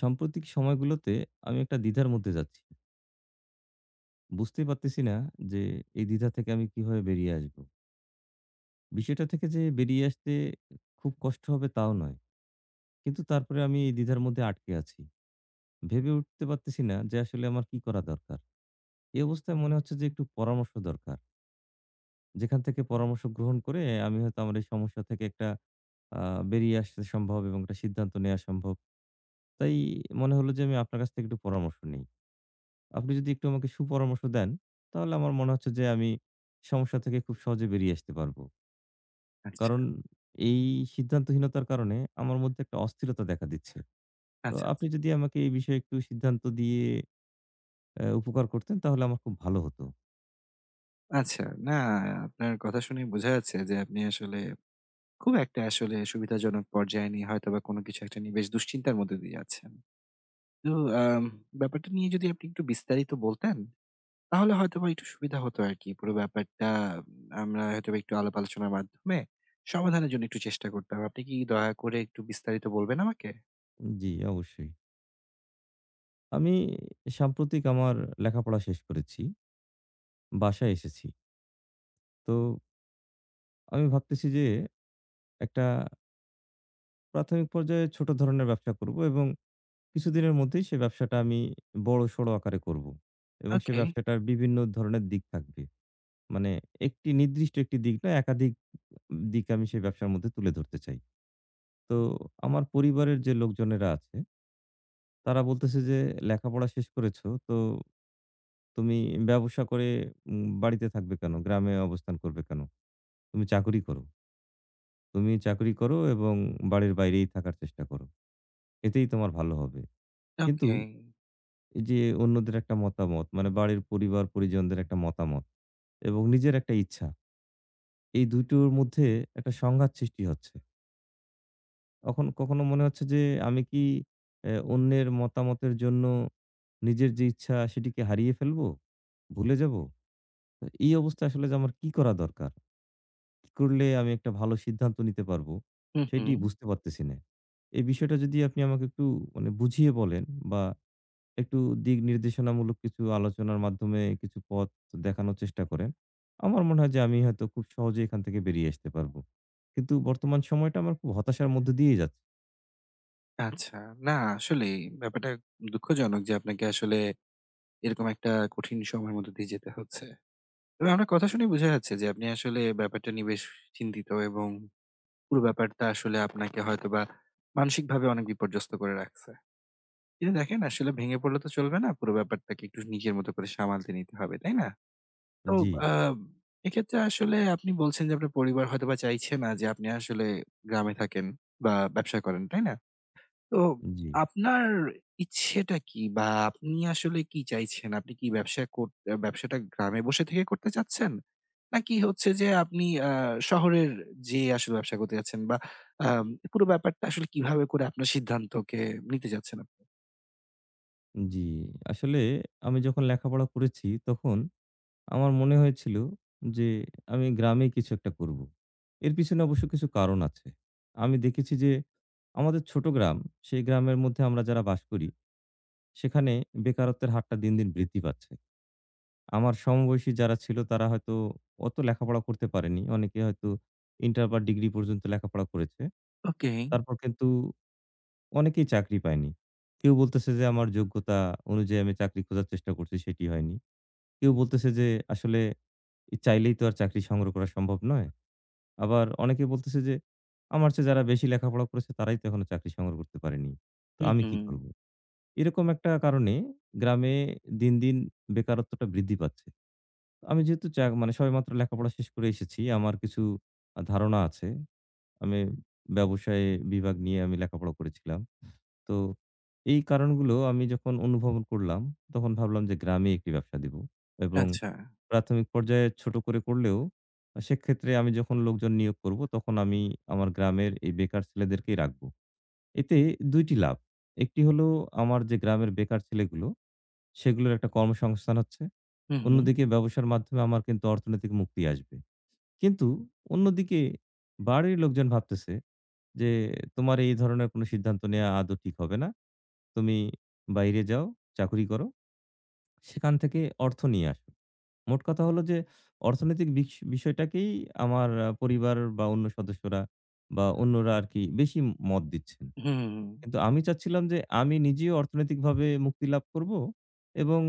সাম্প্রতিক সময়গুলোতে আমি একটা দ্বিধার মধ্যে যাচ্ছি। বুঝতেই পারতেছি না যে এই দ্বিধা থেকে আমি কিভাবে বেরিয়ে আসবো? বিষয়টা থেকে যে বেরিয়ে আসতে খুব কষ্ট হবে তাও নয়। কিন্তু তারপরে আমি এই দ্বিধার মধ্যে আটকে আছি। ভেবে উঠতে পারতেছি না যে আসলে আমার কি করা দরকার? এই অবস্থায় মনে হচ্ছে যে একটু পরামর্শ দরকার। যেখান থেকে পরামর্শ গ্রহণ করে আমি হয়তো আমার এই সমস্যা থেকে একটা আ বেরিয়ে আসা সম্ভব এবং একটা সিদ্ধান্ত নেয়া সম্ভব। তাই মনে হলো যে আমি আপনার কাছ থেকে একটু পরামর্শ নিই। আপনি যদি একটু আমাকে সুপরামর্শ দেন, তাহলে আমার মনে হচ্ছে যে আমি সমস্যা থেকে খুব সহজে বেরিয়ে আসতে পারবো। আচ্ছা, কারণ এই সিদ্ধান্তহীনতার কারণে আমার মধ্যে একটা অস্থিরতা দেখা দিচ্ছে। তো আচ্ছা, আপনি আচ্ছা। যদি আমাকে এই বিষয়ে একটু সিদ্ধান্ত দিয়ে উপকার করতেন তাহলে আমার খুব ভালো হতো। আচ্ছা, না আপনার কথা শুনে বোঝা যাচ্ছে যে আপনি আসলে খুব একটা আসলে সুবিধাজনক পর্যায়ে নিয়ে হয়তোবা কোনো কিছু একটা নিয়ে বেশ দুশ্চিন্তার মধ্যে দিয়ে যাচ্ছেন। তো আম ব্যাপারটা নিয়ে যদি আপনি একটু বিস্তারিত বলতেন, তাহলে হয়তোবা একটু সুবিধা হতো আরকি। পুরো ব্যাপারটা আমরা হয়তোবা একটু আলাপ আলোচনার মাধ্যমে সমাধানের জন্য একটু চেষ্টা করতাম। আপনি কি দয়া করে একটু বিস্তারিত বলবেন আমাকে? জি, অবশ্যই। আমি সাম্প্রতিক আমার লেখাপড়া শেষ করেছি। বাসায় এসেছি। তো আমি ভাবতেছি যে একটা প্রাথমিক পর্যায়ে ছোট ধরনের ব্যবসা করব এবং কিছুদিনের মধ্যেই সে ব্যবসাটা আমি বড়সড় আকারে করব। এবং সে ওকে, ব্যবসাটার বিভিন্ন ধরনের দিক থাকবে। মানে একটি নির্দিষ্ট একটি দিক না একাধিক দিক আমি সেই ব্যবসার মধ্যে তুলে ধরতে চাই। তো আমার পরিবারের যে লোকজনেরা আছে তারা বলতেছে যে, "লেখাপড়া শেষ করেছো তো তুমি ব্যবসা করে বাড়িতে থাকবে কেন? গ্রামে অবস্থান করবে কেন? তুমি চাকুরি করো। তুমি চাকুরি করো এবং বাড়ির বাইরেই থাকার চেষ্টা করো। এতেই তোমার ভালো হবে।" কিন্তু ওকে। এই যে অন্যদের একটা মতামত মানে বাড়ির পরিবার পরিজনদের একটা মতামত এবং নিজের একটা ইচ্ছা এই দুটোর মধ্যে একটা সংঘাত সৃষ্টি হচ্ছে তখন কখনো মনে হচ্ছে যে আমি কি অন্যের মতামতের জন্য নিজের যে ইচ্ছা সেটিকে হারিয়ে ফেলবো ভুলে যাব তো এই অবস্থা আসলে যে আমার কি করা দরকার কি করলে আমি একটা ভালো সিদ্ধান্ত নিতে পারবো হুম, সেটি হুম। বুঝতে পারতেছি না এই বিষয়টা যদি আপনি আমাকে একটু মানে বুঝিয়ে বলেন বা একটু দিক নির্দেশনামূলক কিছু আলোচনার মাধ্যমে কিছু পথ দেখানোর চেষ্টা করেন। আমার মনে হয় যে আমি হয়তো খুব সহজেই এখান থেকে বেরিয়ে আসতে পারবো। কিন্তু বর্তমান সময়টা আমার খুব হতাশার মধ্য দিয়েই যাচ্ছে। আচ্ছা। না আসলেই ব্যাপারটা দুঃখজনক যে আপনাকে আসলে এরকম একটা কঠিন সময়ের মধ্য দিয়ে যেতে হচ্ছে। তবে আপনার কথা শুনে বোঝা যাচ্ছে যে আপনি আসলে ব্যাপারটা নিয়ে বেশ চিন্তিত এবং পুরো ব্যাপারটা আসলে আপনাকে হয়তোবা মানসিকভাবে অনেক বিপর্যস্ত করে রাখছে। কিন্তু দেখেন আসলে ভেঙে পড়লে তো চলবে না। পুরো ব্যাপারটাকে একটু নিজের মতো করে সামালতে নিতে হবে, তাই না? তো জি, আ এক্ষেত্রে আসলে আপনি বলছেন যে আপনার পরিবার হয়তোবা চাইছে না যে আপনি আসলে গ্রামে থাকেন বা ব্যবসা করেন, তাই না? তো জি, আপনার ইচ্ছেটা কি? বা আপনি আসলে কি চাইছেন? আপনি কি ব্যবসা কর ব্যবসাটা গ্রামে বসে থেকে করতে চাচ্ছেন? নাকি হচ্ছে যে আপনি শহরের যেয়ে আসলে ব্যবসা করতে চাচ্ছেন? বা আম পুরো ব্যাপারটা আসলে কিভাবে করে আপনার সিদ্ধান্তকে নিতে চাচ্ছেন আপনি? জি। আসলে আমি যখন লেখাপড়া করেছি তখন আমার মনে হয়েছিল যে আমি গ্রামেই কিছু একটা করব। এর পিছনে অবশ্য কিছু কারণ আছে। আমি দেখেছি যে আমাদের ছোট গ্রাম, সেই গ্রামের মধ্যে আমরা যারা বাস করি সেখানে বেকারত্বের হারটা দিন, দিন বৃদ্ধি পাচ্ছে। আমার সমবয়সী যারা ছিল তারা হয়তো অত লেখাপড়া করতে পারেনি। অনেকে হয়তো ইন্টার বা ডিগ্রি পর্যন্ত লেখাপড়া করেছে। ওকে। তারপর কিন্তু অনেকেই চাকরি পায়নি। কেউ বলতেছে যে আমার যোগ্যতা অনুযায়ী আমি চাকরি খোঁজার চেষ্টা করছি সেটি হয়নি। কেউ বলতেছে যে আসলে চাইলেই তো আর চাকরি সংগ্রহ করা সম্ভব নয়। আবার অনেকে বলতেছে যে আমার চেয়ে যারা বেশি লেখাপড়া করেছে তারাই তো এখনো চাকরি সংগ্রহ করতে পারেনি। তো হুম, আমি হুম। কি করব? এরকম একটা কারণে গ্রামে দিন, দিন বেকারত্বটা বৃদ্ধি পাচ্ছে। আমি যেহেতু মানে সবেমাত্র লেখাপড়া শেষ করে এসেছি। আমার কিছু ধারণা আছে। আমি ব্যবসায় বিভাগ নিয়ে আমি লেখাপড়া করেছিলাম। তো এই কারণগুলো আমি যখন অনুভবন করলাম, তখন ভাবলাম যে গ্রামে একটি ব্যবসা দিব এবং আচ্ছা। প্রাথমিক পর্যায়ে ছোট করে করলেও সেক্ষেত্রে আমি যখন লোকজন নিয়োগ করব, তখন আমি আমার গ্রামের এই বেকার ছেলেদেরকেই রাখবো। এতে ২ টি লাভ। একটি হলো আমার যে গ্রামের বেকার ছেলেগুলো, সেগুলোর একটা কর্মসংস্থান হচ্ছে। হুম, হুম। অন্যদিকে ব্যবসার মাধ্যমে আমার কিন্তু অর্থনৈতিক মুক্তি আসবে। কিন্তু অন্যদিকে বাড়ির লোকজন ভাবতেছে যে, "তোমার এই ধরনের কোনো সিদ্ধান্ত নেয়া আদৌ ঠিক হবে না। তুমি বাইরে যাও, চাকুরি করো। সেখান থেকে অর্থ নিয়ে আসো।" মোট কথা হলো যে অর্থনৈতিক বিষয়টাকেই আমার পরিবার বা অন্য সদস্যরা বা অন্যরা আরকি বেশি মত দিচ্ছেন। হুম, কিন্তু আমি চাচ্ছিলাম যে আমি নিজেও অর্থনৈতিকভাবে মুক্তি লাভ করব এবং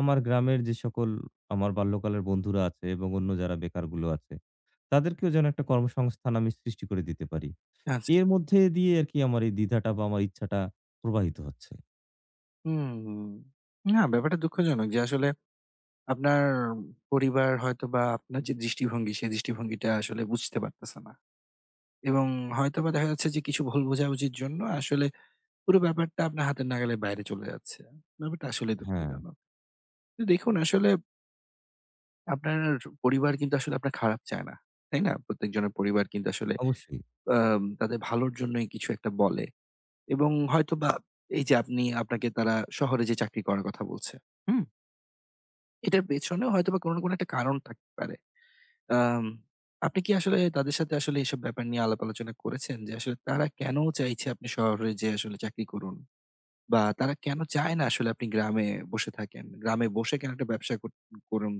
আমার গ্রামের যে সকল আমার বাল্যকালের বন্ধুরা আছে এবং অন্য যারা বেকারগুলো আছে তাদেরকেও যেন একটা কর্মসংস্থান আমি সৃষ্টি করে দিতে পারি। আচ্ছা। এর মধ্যে দিয়ে আরকি আমার এই দ্বিধাটা বা আমার ইচ্ছাটা প্রবাহিত হচ্ছে। হুম। না ব্যাপারটা দুঃখজনক যে আসলে আপনার পরিবার হয়তোবা আপনার যে দৃষ্টিভঙ্গি, সেই দৃষ্টিভঙ্গিটা আসলে বুঝতে পারতেছে না। এবং হয়তোবা দেখা যাচ্ছে যে কিছু ভুল বোঝাবুঝির জন্য আসলে পুরো ব্যাপারটা আপনার হাতের নাগালের বাইরে চলে যাচ্ছে। ব্যাপারটা আসলেই হ্যাঁ। দুঃখজনক। তো দেখুন আসলে আপনার পরিবার কিন্তু আসলে আপনার খারাপ চায় না। তাই না? প্রত্যেকজনের পরিবার কিন্তু আসলে অবশ্যই। তাদের ভালোর জন্যই কিছু একটা বলে এবং হয়তোবা এই যে আপনি আপনাকে তারা শহরে যে চাকরি করার কথা বলছে, হুম? এটার পেছনেও হয়তোবা কোন না কোন একটা কারণ থাকতে পারে। আম আপনি কি আসলে তাদের সাথে আসলে এসব ব্যাপার নিয়ে আলাপ আলোচনা করেছেন? যে আসলে তারা কেন চাইছে আপনি শহরে যেয়ে আসলে চাকরি করুন? বা তারা কেন চায় না আসলে আপনি গ্রামে বসে থাকেন? গ্রামে বসে কেন একটা ব্যবসা কর করুন?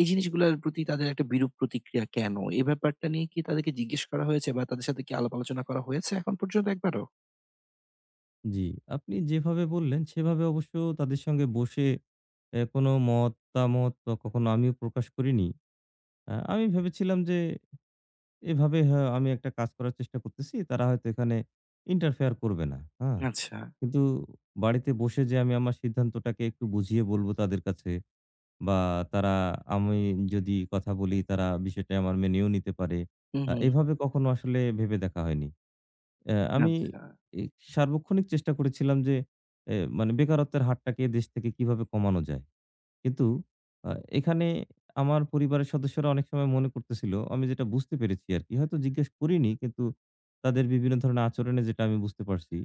এই জিনিসগুলার প্রতি তাদের একটা বিরূপ প্রতিক্রিয়া কেন? এই ব্যাপারটা নিয়ে কি তাদেরকে জিজ্ঞেস করা হয়েছে বা তাদের সাথে কি আলাপ আলোচনা করা হয়েছে এখন পর্যন্ত একবারও? জি, আপনি যেভাবে বললেন সেভাবে অবশ্য তাদের সঙ্গে বসে এ কোনো মতামত বা কখনো আমিও প্রকাশ করিনি। আমি ভেবেছিলাম যে এভাবে হ্যাঁ, আমি একটা কাজ করার চেষ্টা করতেছি। তারা হয়তো এখানে ইন্টারফেয়ার করবে না। হ্যাঁ? আচ্ছা। কিন্তু বাড়িতে বসে যে আমি আমার সিদ্ধান্তটাকে একটু বুঝিয়ে বলব তাদের কাছে বা তারা আমি যদি কথা বলি তারা বিষয়টা আমার মেনেও নিতে পারে। হুম, হুম। এভাবে কখনো আসলে ভেবে দেখা হয়নি। আমি আচ্ছা। এ সার্বক্ষণিক চেষ্টা করেছিলাম যে, এ মানে বেকারত্বের হারটাকে দেশ থেকে কিভাবে কমানো যায়? কিন্তু আ এখানে আমার পরিবারের সদস্যরা অনেক সময় মনে করতেছিল, আমি যেটা বুঝতে পেরেছি আরকি। হয়তো জিজ্ঞেস করিনি কিন্তু তাদের বিভিন্ন ধরনের আচরণে যেটা আমি বুঝতে পারছি।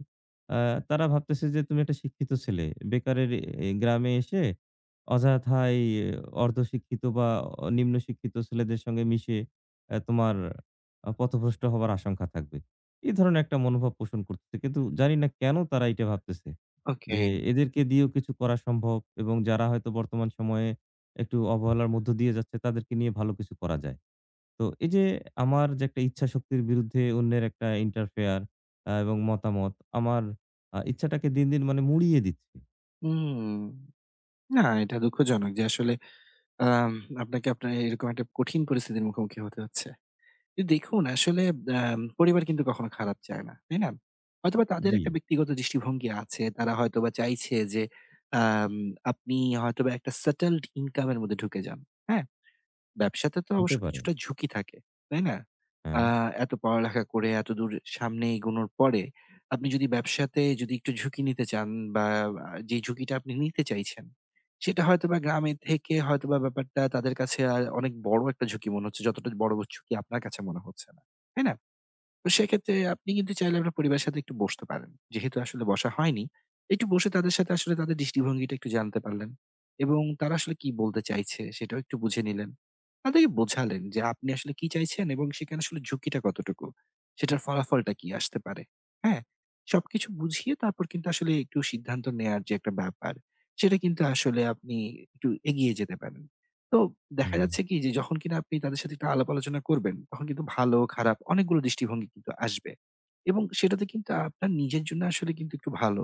আ তারা ভাবতেছে যে তুমি একটা শিক্ষিত ছেলে। বেকারের এ গ্রামে এসে অযথাই অর্ধশিক্ষিত বা নিম্ন শিক্ষিত ছেলেদের সঙ্গে মিশে তোমার পথভ্রষ্ট হবার আশঙ্কা থাকবে। এই ধরনের একটা মনোভাব পোষণ করতেছে। কিন্তু জানি না কেন তারা এইটা ভাবতেছে। ওকে। যে এদেরকে দিয়েও কিছু করা সম্ভব এবং যারা হয়তো বর্তমান সময়ে একটু অবহেলার মধ্য দিয়ে যাচ্ছে তাদেরকে নিয়ে ভালো কিছু করা যায়। তো এই যে আমার যে একটা ইচ্ছা শক্তির বিরুদ্ধে অন্যের একটা ইন্টারফেয়ার এবং মতামত আমার ইচ্ছাটাকে দিন, দিন মানে মুড়িয়ে দিচ্ছে। হুম। না এটা দুঃখজনক যে আসলে আম আপনাকে আপনার এরকম একটা কঠিন পরিস্থিতির মুখোমুখি হতে হচ্ছে। তো দেখুন আসলে পরিবার কিন্তু কখনো খারাপ চায় না। তাই না? হয়তোবা তাদের জি, একটা ব্যক্তিগত দৃষ্টিভঙ্গি আছে। তারা হয়তোবা চাইছে যে আম আপনি হয়তোবা একটা সেটেলড ইনকাম এর মধ্যে ঢুকে যান। হ্যাঁ? ব্যবসাতে তো হতে অবশ্য পারে। কিছুটা ঝুঁকি থাকে, তাই না? আ হ্যাঁ, এত পড়ালেখা করে এতদূর সামনে এগোনোর পরে আপনি যদি ব্যবসাতে যদি একটু ঝুঁকি নিতে চান বা যে ঝুঁকিটা আপনি নিতে চাইছেন, সেটা হয়তোবা গ্রামে থেকে হয়তোবা ব্যাপারটা তাদের কাছে অনেক বড় একটা ঝুঁকি মনে হচ্ছে যতটা বড় ঝুঁকি আপনার কাছে মনে হচ্ছে না। তাই না? তো সেক্ষেত্রে আপনি কিন্তু চাইলে আপনার পরিবারের সাথে একটু বসতে পারেন। যেহেতু আসলে বসা হয়নি, একটু বসে তাদের সাথে আসলে তাদের দৃষ্টিভঙ্গিটা একটু জানতে পারলেন এবং তারা আসলে কি বলতে চাইছে সেটাও একটু বুঝে নিলেন। তাদেরকে বোঝালেন যে আপনি আসলে কি চাইছেন এবং সেখানে আসলে ঝুঁকিটা কতটুকু, সেটার ফলাফলটা কি আসতে পারে। হ্যাঁ? সবকিছু বুঝিয়ে তারপর কিন্তু আসলে একটু সিদ্ধান্ত নেয়ার যে একটা ব্যাপার, সেটা কিন্তু আসলে আপনি একটু এগিয়ে যেতে পারেন। তো দেখা হুম। যাচ্ছে কি যে যখন কিনা আপনি তাদের সাথে একটা আলাপ আলোচনা করবেন, তখন কিন্তু ভালো খারাপ অনেকগুলো দৃষ্টিভঙ্গি কিন্তু আসবে। এবং সেটাতে কিন্তু আপনার নিজের জন্য আসলে কিন্তু একটু ভালো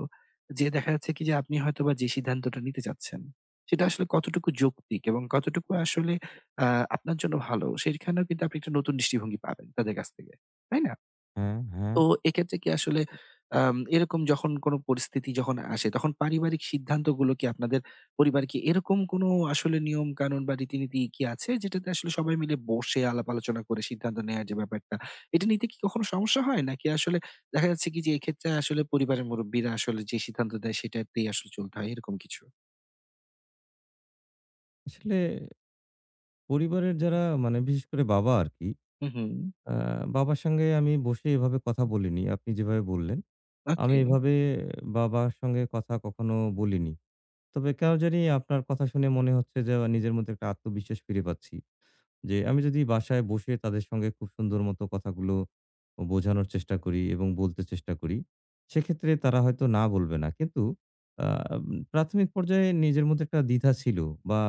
যে দেখা যাচ্ছে কি যে আপনি হয়তোবা যে সিদ্ধান্তটা নিতে চাচ্ছেন, সেটা আসলে কতটুকু যৌক্তিক এবং কতটুকু আসলে আ আপনার জন্য ভালো সেখানেও কিন্তু আপনি একটা নতুন দৃষ্টিভঙ্গি পাবেন তাদের কাছ থেকে। তাই না? হ্যাঁ, হ্যাঁ। তো এক্ষেত্রে কি আসলে এরকম যখন কোনো পরিস্থিতি যখন আসে, তখন পারিবারিক সিদ্ধান্তগুলো কি আপনাদের পরিবার কি এরকম কোনো আসলে নিয়মকানুন বা রীতিনীতি কি আছে, যেটাতে আসলে সবাই মিলে বসে আলাপ আলোচনা করে সিদ্ধান্ত নেয়ার যে ব্যাপারটা, এটা নিতে কি কখনো সমস্যা হয়? নাকি আসলে দেখা যাচ্ছে কি যে এক্ষেত্রে আসলে পরিবারের মুরুব্বিরা আসলে যে সিদ্ধান্ত দেয় সেটাতেই আসলে চলতে হয়, এরকম কিছু? আসলে পরিবারের যারা মানে বিশেষ করে বাবা আরকি। হুম, হুম। আ বাবার সঙ্গে আমি বসে এভাবে কথা বলিনি। আপনি যেভাবে বললেন। আমি ওকে। এভাবে বাবার সঙ্গে কথা কখনো বলিনি। তবে কেন জানি আপনার কথা শুনে মনে হচ্ছে যে, নিজের মধ্যে একটা আত্মবিশ্বাস ফিরে পাচ্ছি। যে আমি যদি বাসায় বসে তাদের সঙ্গে খুব সুন্দর মতো কথাগুলো বোঝানোর চেষ্টা করি এবং বলতে চেষ্টা করি, সেক্ষেত্রে তারা হয়তো না বলবে না। কিন্তু আ প্রাথমিক পর্যায়ে নিজের মধ্যে একটা দ্বিধা ছিল বা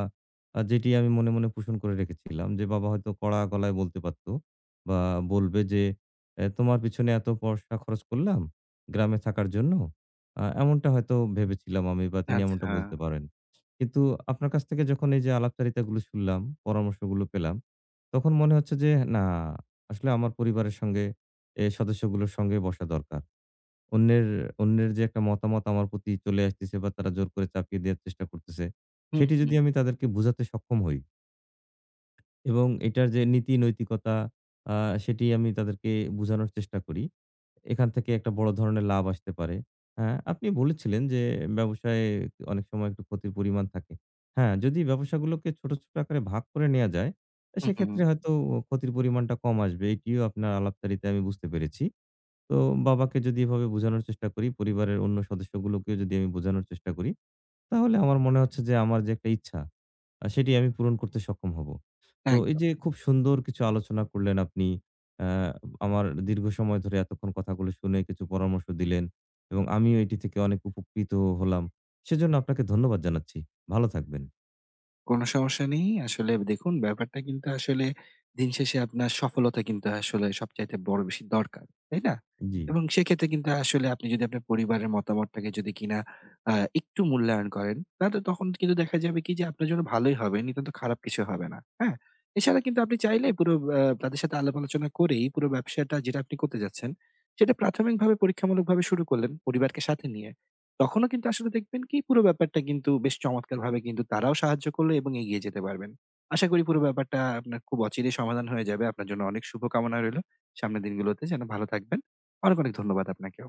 যেটি আমি মনে, মনে পোষণ করে রেখেছিলাম যে বাবা হয়তো কড়া গলায় বলতে পারত বা বলবে যে, "এ তোমার পিছনে এত পয়সা খরচ করলাম গ্রামে থাকার জন্য।" এমনটা হয়তো ভেবেছিলাম আমি বা তিনি এমনটা আচ্ছা। বলতে পারেন। কিন্তু আপনার কাছ থেকে যখন এই যে আলাপচারিতাগুলো শুনলাম, পরামর্শগুলো পেলাম তখন মনে হচ্ছে যে না, আসলে আমার পরিবারের সঙ্গে এ সদস্যগুলোর সঙ্গে বসা দরকার। অন্যের অন্যের যে একটা মতামত আমার প্রতি চলে আসতেছে বা তারা জোর করে চাপিয়ে দেওয়ার চেষ্টা করতেছে, হুম, সেটি যদি হুম। আমি তাদেরকে বুঝাতে সক্ষম হই এবং এটার যে নীতি নৈতিকতা আ সেটি আমি তাদেরকে বুঝানোর চেষ্টা করি। এখান থেকে একটা বড় ধরনের লাভ আসতে পারে। হ্যাঁ, আপনি বলেছিলেন যে ব্যবসায় অনেক সময় একটু ক্ষতির পরিমাণ থাকে। হ্যাঁ, যদি ব্যবসাগুলোকে ছোট, ছোট আকারে ভাগ করে নেয়া যায়, হুম, হুম। সেক্ষেত্রে হয়তো ক্ষতির পরিমাণটা কম আসবে। এটিও আপনার আলাপচারিতায় আমি বুঝতে পেরেছি। তো বাবাকে যদি এভাবে বোঝানোর চেষ্টা করি, পরিবারের অন্য সদস্যগুলোকেও যদি আমি বোঝানোর চেষ্টা করি, তাহলে আমার মনে হচ্ছে যে আমার যে একটা ইচ্ছা সেটি আমি পূরণ করতে সক্ষম হব। তো এই একদম। যে খুব সুন্দর কিছু আলোচনা করলেন আপনি। আ আমার দীর্ঘ সময় ধরে এতক্ষণ কথাগুলো শুনে কিছু পরামর্শ দিলেন এবং আমিও এটি থেকে অনেক উপকৃত হলাম। সেজন্য আপনাকে ধন্যবাদ জানাচ্ছি। ভালো থাকবেন। কোনো সমস্যা নেই। আসলে দেখুন ব্যাপারটা কিন্তু আসলে দিন শেষে আপনার সফলতা কিন্তু আসলে সবচাইতে বড় বেশি দরকার। তাই না? জি। এবং সেক্ষেত্রে কিন্তু আসলে আপনি যদি আপনার পরিবারের মতামতটাকে যদি কিনা আ একটু মূল্যায়ন করেন, তাহলে তখন কিন্তু দেখা যাবে কি যে আপনার জন্য ভালোই হবে, নিতান্ত খারাপ কিছু হবে না। হ্যাঁ? এছাড়া কিন্তু আপনি চাইলে পুরো তাদের সাথে আলাপ আলোচনা করেই পুরো ব্যবসাটা যেটা আপনি করতে যাচ্ছেন, সেটা প্রাথমিকভাবে পরীক্ষামূলকভাবে শুরু করলেন পরিবারকে সাথে নিয়ে। তখনও কিন্তু আসলে দেখবেন কি পুরো ব্যাপারটা কিন্তু বেশ চমৎকারভাবে কিন্তু তারাও সাহায্য করলো এবং এগিয়ে যেতে পারবেন। আশা করি পুরো ব্যাপারটা আপনার খুব অচিরেই সমাধান হয়ে যাবে। আপনার জন্য অনেক শুভকামনা রইলো। সামনের দিনগুলোতে যেন ভালো থাকবেন। অনেক, অনেক ধন্যবাদ আপনাকেও।